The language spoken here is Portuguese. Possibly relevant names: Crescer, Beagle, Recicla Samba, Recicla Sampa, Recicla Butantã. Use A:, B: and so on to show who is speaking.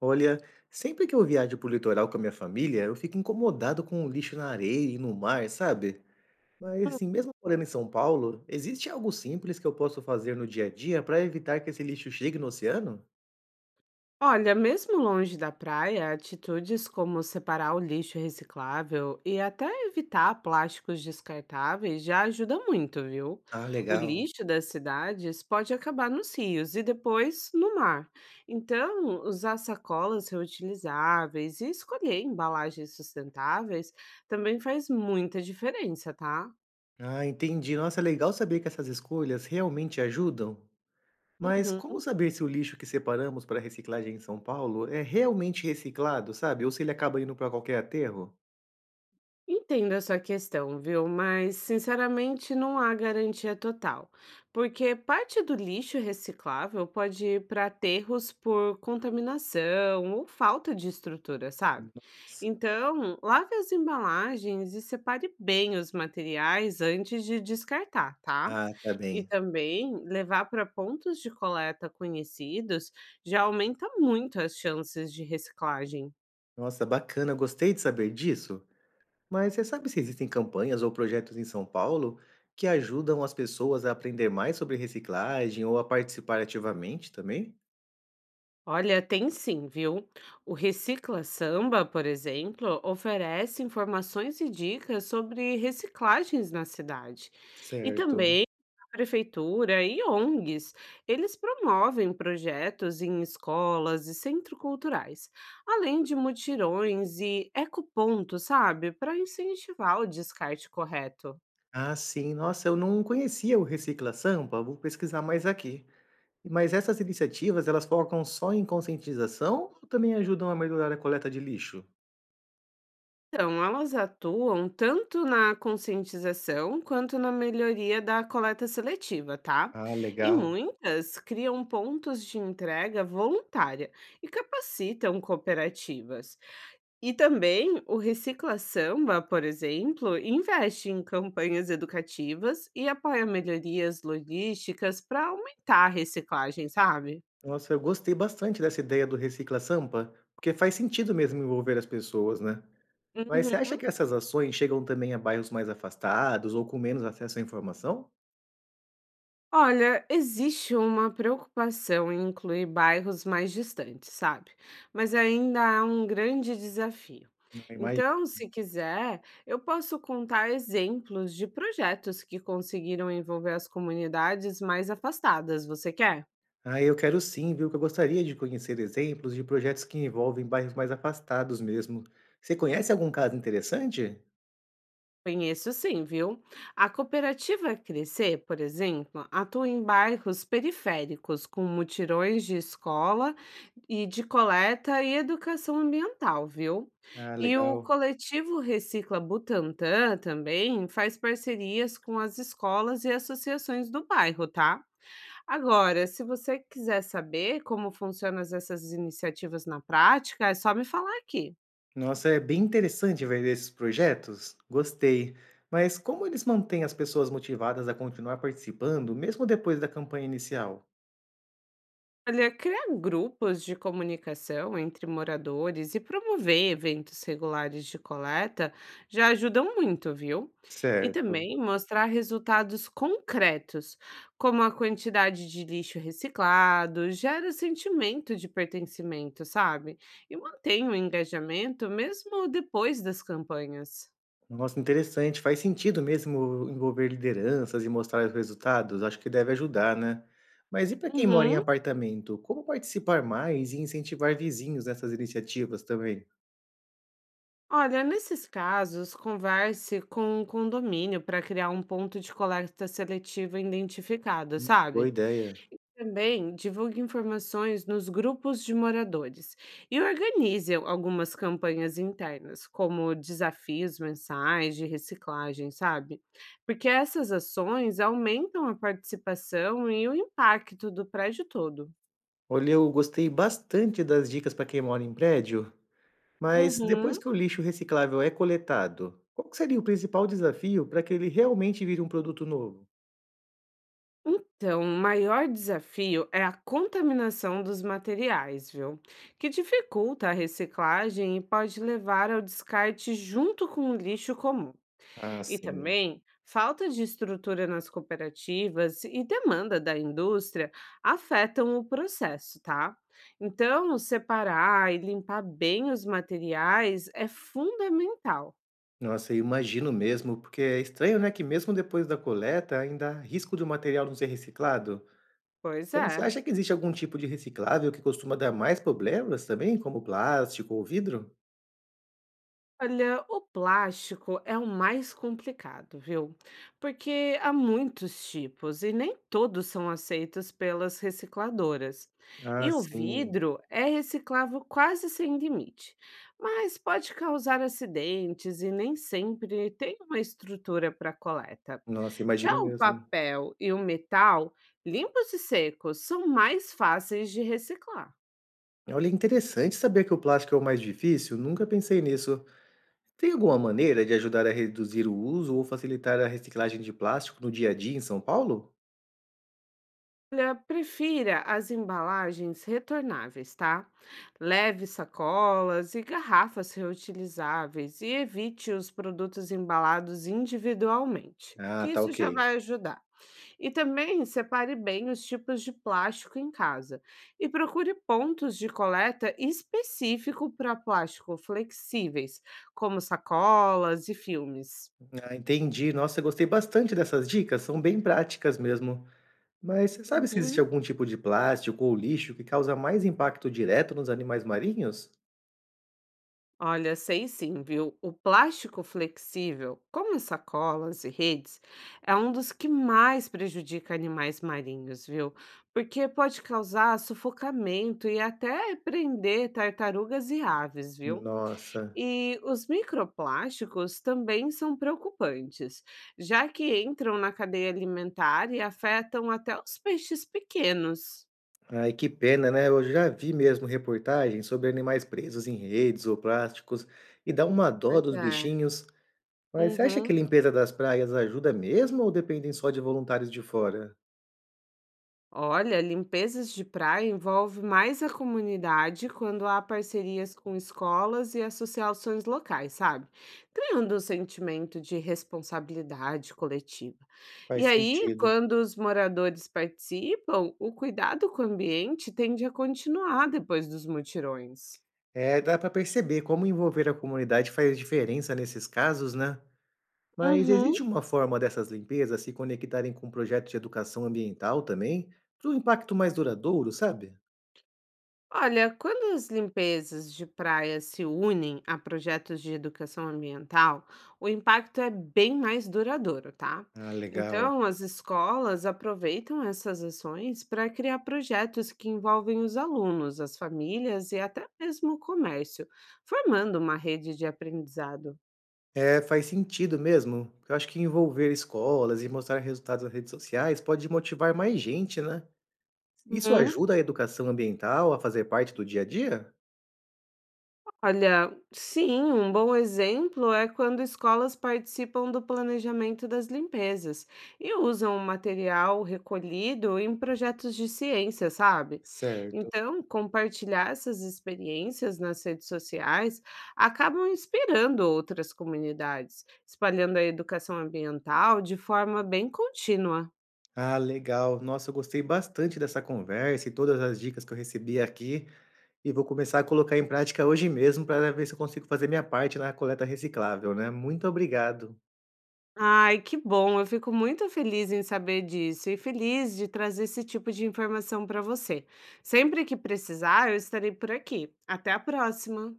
A: Olha, sempre que eu viajo pro litoral com a minha família, eu fico incomodado com o lixo na areia e no mar, sabe? Mas assim, mesmo morando em São Paulo, existe algo simples que eu posso fazer no dia a dia para evitar que esse lixo chegue no oceano?
B: Olha, mesmo longe da praia, atitudes como separar o lixo reciclável e até evitar plásticos descartáveis já ajudam muito, viu?
A: Ah,
B: O
A: legal.
B: lixo das cidades pode acabar nos rios e depois no mar. Então, usar sacolas reutilizáveis e escolher embalagens sustentáveis também faz muita diferença, tá?
A: Ah, entendi. Nossa, é legal saber que essas escolhas realmente ajudam. Mas
B: Uhum.
A: como saber se o lixo que separamos para reciclagem em São Paulo é realmente reciclado, sabe? Ou se ele acaba indo para qualquer aterro?
B: Entendo a sua questão, viu? Mas, sinceramente, não há garantia total, porque parte do lixo reciclável pode ir para aterros por contaminação ou falta de estrutura, sabe?
A: Nossa.
B: Então, lave as embalagens e separe bem os materiais antes de descartar, tá?
A: Ah, tá
B: E
A: bem.
B: também levar para pontos de coleta conhecidos já aumenta muito as chances de reciclagem.
A: Nossa, bacana, gostei de saber disso. Mas você sabe se existem campanhas ou projetos em São Paulo que ajudam as pessoas a aprender mais sobre reciclagem ou a participar ativamente também?
B: Olha, tem sim, viu? O Recicla Samba, por exemplo, oferece informações e dicas sobre reciclagens na cidade. E
A: Certo.
B: também a prefeitura e ONGs, eles promovem projetos em escolas e centros culturais, além de mutirões e ecopontos, sabe? Para incentivar o descarte correto.
A: Ah, sim. Nossa, eu não conhecia o Recicla Sampa, vou pesquisar mais aqui. Mas essas iniciativas, elas focam só em conscientização ou também ajudam a melhorar a coleta de lixo?
B: Então, elas atuam tanto na conscientização quanto na melhoria da coleta seletiva, tá?
A: Ah,
B: E
A: legal.
B: muitas criam pontos de entrega voluntária e capacitam cooperativas. E também o Recicla Samba, por exemplo, investe em campanhas educativas e apoia melhorias logísticas para aumentar a reciclagem, sabe?
A: Nossa, eu gostei bastante dessa ideia do Recicla Sampa, porque faz sentido mesmo envolver as pessoas, né? Mas você
B: Uhum.
A: acha que essas ações chegam também a bairros mais afastados ou com menos acesso à informação?
B: Olha, existe uma preocupação em incluir bairros mais distantes, sabe? Mas ainda há um grande desafio.
A: Ah, imagi
B: Então, se quiser, eu posso contar exemplos de projetos que conseguiram envolver as comunidades mais afastadas. Você quer?
A: Ah, eu quero sim, viu, que eu gostaria de conhecer exemplos de projetos que envolvem bairros mais afastados mesmo. Você conhece algum caso interessante?
B: Conheço sim, viu? A cooperativa Crescer, por exemplo, atua em bairros periféricos com mutirões de escola e de coleta e educação ambiental, viu?
A: Ah,
B: E o
A: legal.
B: coletivo Recicla Butantã também faz parcerias com as escolas e associações do bairro, tá? Agora, se você quiser saber como funcionam essas iniciativas na prática, é só me falar aqui.
A: Nossa, é bem interessante ver esses projetos. Gostei. Mas como eles mantêm as pessoas motivadas a continuar participando, mesmo depois da campanha inicial?
B: Olha, criar grupos de comunicação entre moradores e promover eventos regulares de coleta já ajudam muito, viu? E
A: Certo.
B: também mostrar resultados concretos, como a quantidade de lixo reciclado, gera sentimento de pertencimento, sabe? E mantém o engajamento mesmo depois das campanhas.
A: Nossa, interessante. Faz sentido mesmo envolver lideranças e mostrar os resultados. Acho que deve ajudar, né? Mas e para quem mora em
B: Uhum.
A: apartamento, como participar mais e incentivar vizinhos nessas iniciativas também?
B: Olha, nesses casos, converse com o condomínio para criar um ponto de coleta seletiva identificado,
A: Boa
B: sabe?
A: ideia.
B: Também divulgue informações nos grupos de moradores e organize algumas campanhas internas, como desafios mensais de reciclagem, sabe? Porque essas ações aumentam a participação e o impacto do prédio todo.
A: Olha, eu gostei bastante das dicas para quem mora em prédio, mas depois
B: Uhum.
A: que o lixo reciclável é coletado, qual que seria o principal desafio para que ele realmente vire um produto novo?
B: Então, o maior desafio é a contaminação dos materiais, viu? Que dificulta a reciclagem e pode levar ao descarte junto com o lixo comum.
A: Ah,
B: E
A: sim.
B: também, falta de estrutura nas cooperativas e demanda da indústria afetam o processo, tá? Então, separar e limpar bem os materiais é fundamental.
A: Nossa, eu imagino mesmo, porque é estranho, né, que mesmo depois da coleta ainda há risco do material não ser reciclado.
B: Pois
A: Então, você
B: é.
A: acha que existe algum tipo de reciclável que costuma dar mais problemas também, como plástico ou vidro?
B: Olha, o plástico é o mais complicado, viu? Porque há muitos tipos e nem todos são aceitos pelas recicladoras.
A: Ah,
B: E o
A: sim.
B: vidro é reciclável quase sem limite, mas pode causar acidentes e nem sempre tem uma estrutura para coleta.
A: Nossa,
B: Já
A: imagino
B: o
A: mesmo.
B: papel e o metal, limpos e secos, são mais fáceis de reciclar.
A: Olha, interessante saber que o plástico é o mais difícil, nunca pensei nisso. Tem alguma maneira de ajudar a reduzir o uso ou facilitar a reciclagem de plástico no dia a dia em São Paulo?
B: Olha, prefira as embalagens retornáveis, tá? Leve sacolas e garrafas reutilizáveis e evite os produtos embalados individualmente,
A: Ah,
B: que
A: tá
B: isso
A: ok.
B: já vai ajudar. E também separe bem os tipos de plástico em casa e procure pontos de coleta específico para plástico flexíveis, como sacolas e filmes.
A: Ah, entendi. Nossa, eu gostei bastante dessas dicas, são bem práticas mesmo. Mas você sabe se existe
B: Uhum.
A: algum tipo de plástico ou lixo que causa mais impacto direto nos animais marinhos?
B: Olha, sei sim, viu? O plástico flexível, como sacolas e redes, é um dos que mais prejudica animais marinhos, viu? Porque pode causar sufocamento e até prender tartarugas e aves, viu?
A: Nossa,
B: E os microplásticos também são preocupantes, já que entram na cadeia alimentar e afetam até os peixes pequenos.
A: ai que pena, né? Eu já vi mesmo reportagens sobre animais presos em redes ou plásticos e dá uma dó
B: Pois
A: dos
B: é.
A: bichinhos. Mas você acha que a
B: Uhum.
A: limpeza das praias ajuda mesmo ou dependem só de voluntários de fora?
B: Olha, limpezas de praia envolve mais a comunidade quando há parcerias com escolas e associações locais, sabe? Criando um sentimento de responsabilidade coletiva. E
A: Faz
B: aí,
A: sentido.
B: quando os moradores participam, o cuidado com o ambiente tende a continuar depois dos mutirões.
A: É, dá pra perceber como envolver a comunidade faz diferença nesses casos, né? Mas
B: Uhum.
A: existe uma forma dessas limpezas se conectarem com projetos de educação ambiental também, para um impacto mais duradouro, sabe?
B: Olha, quando as limpezas de praia se unem a projetos de educação ambiental, o impacto é bem mais duradouro, tá?
A: Ah, legal.
B: Então, as escolas aproveitam essas ações para criar projetos que envolvem os alunos, as famílias e até mesmo o comércio, formando uma rede de aprendizado.
A: É, faz sentido mesmo. Eu acho que envolver escolas e mostrar resultados nas redes sociais pode motivar mais gente, né? Isso
B: Uhum.
A: ajuda a educação ambiental a fazer parte do dia a dia?
B: Olha, sim, um bom exemplo é quando escolas participam do planejamento das limpezas e usam o material recolhido em projetos de ciência, sabe?
A: Certo.
B: Então, compartilhar essas experiências nas redes sociais acabam inspirando outras comunidades, espalhando a educação ambiental de forma bem contínua.
A: Ah, legal. Nossa, eu gostei bastante dessa conversa e todas as dicas que eu recebi aqui. E vou começar a colocar em prática hoje mesmo para ver se eu consigo fazer minha parte na coleta reciclável, né. Muito obrigado.
B: Ai, que bom, eu fico muito feliz em saber disso e feliz de trazer esse tipo de informação para você. Sempre que precisar, eu estarei por aqui. Até a próxima!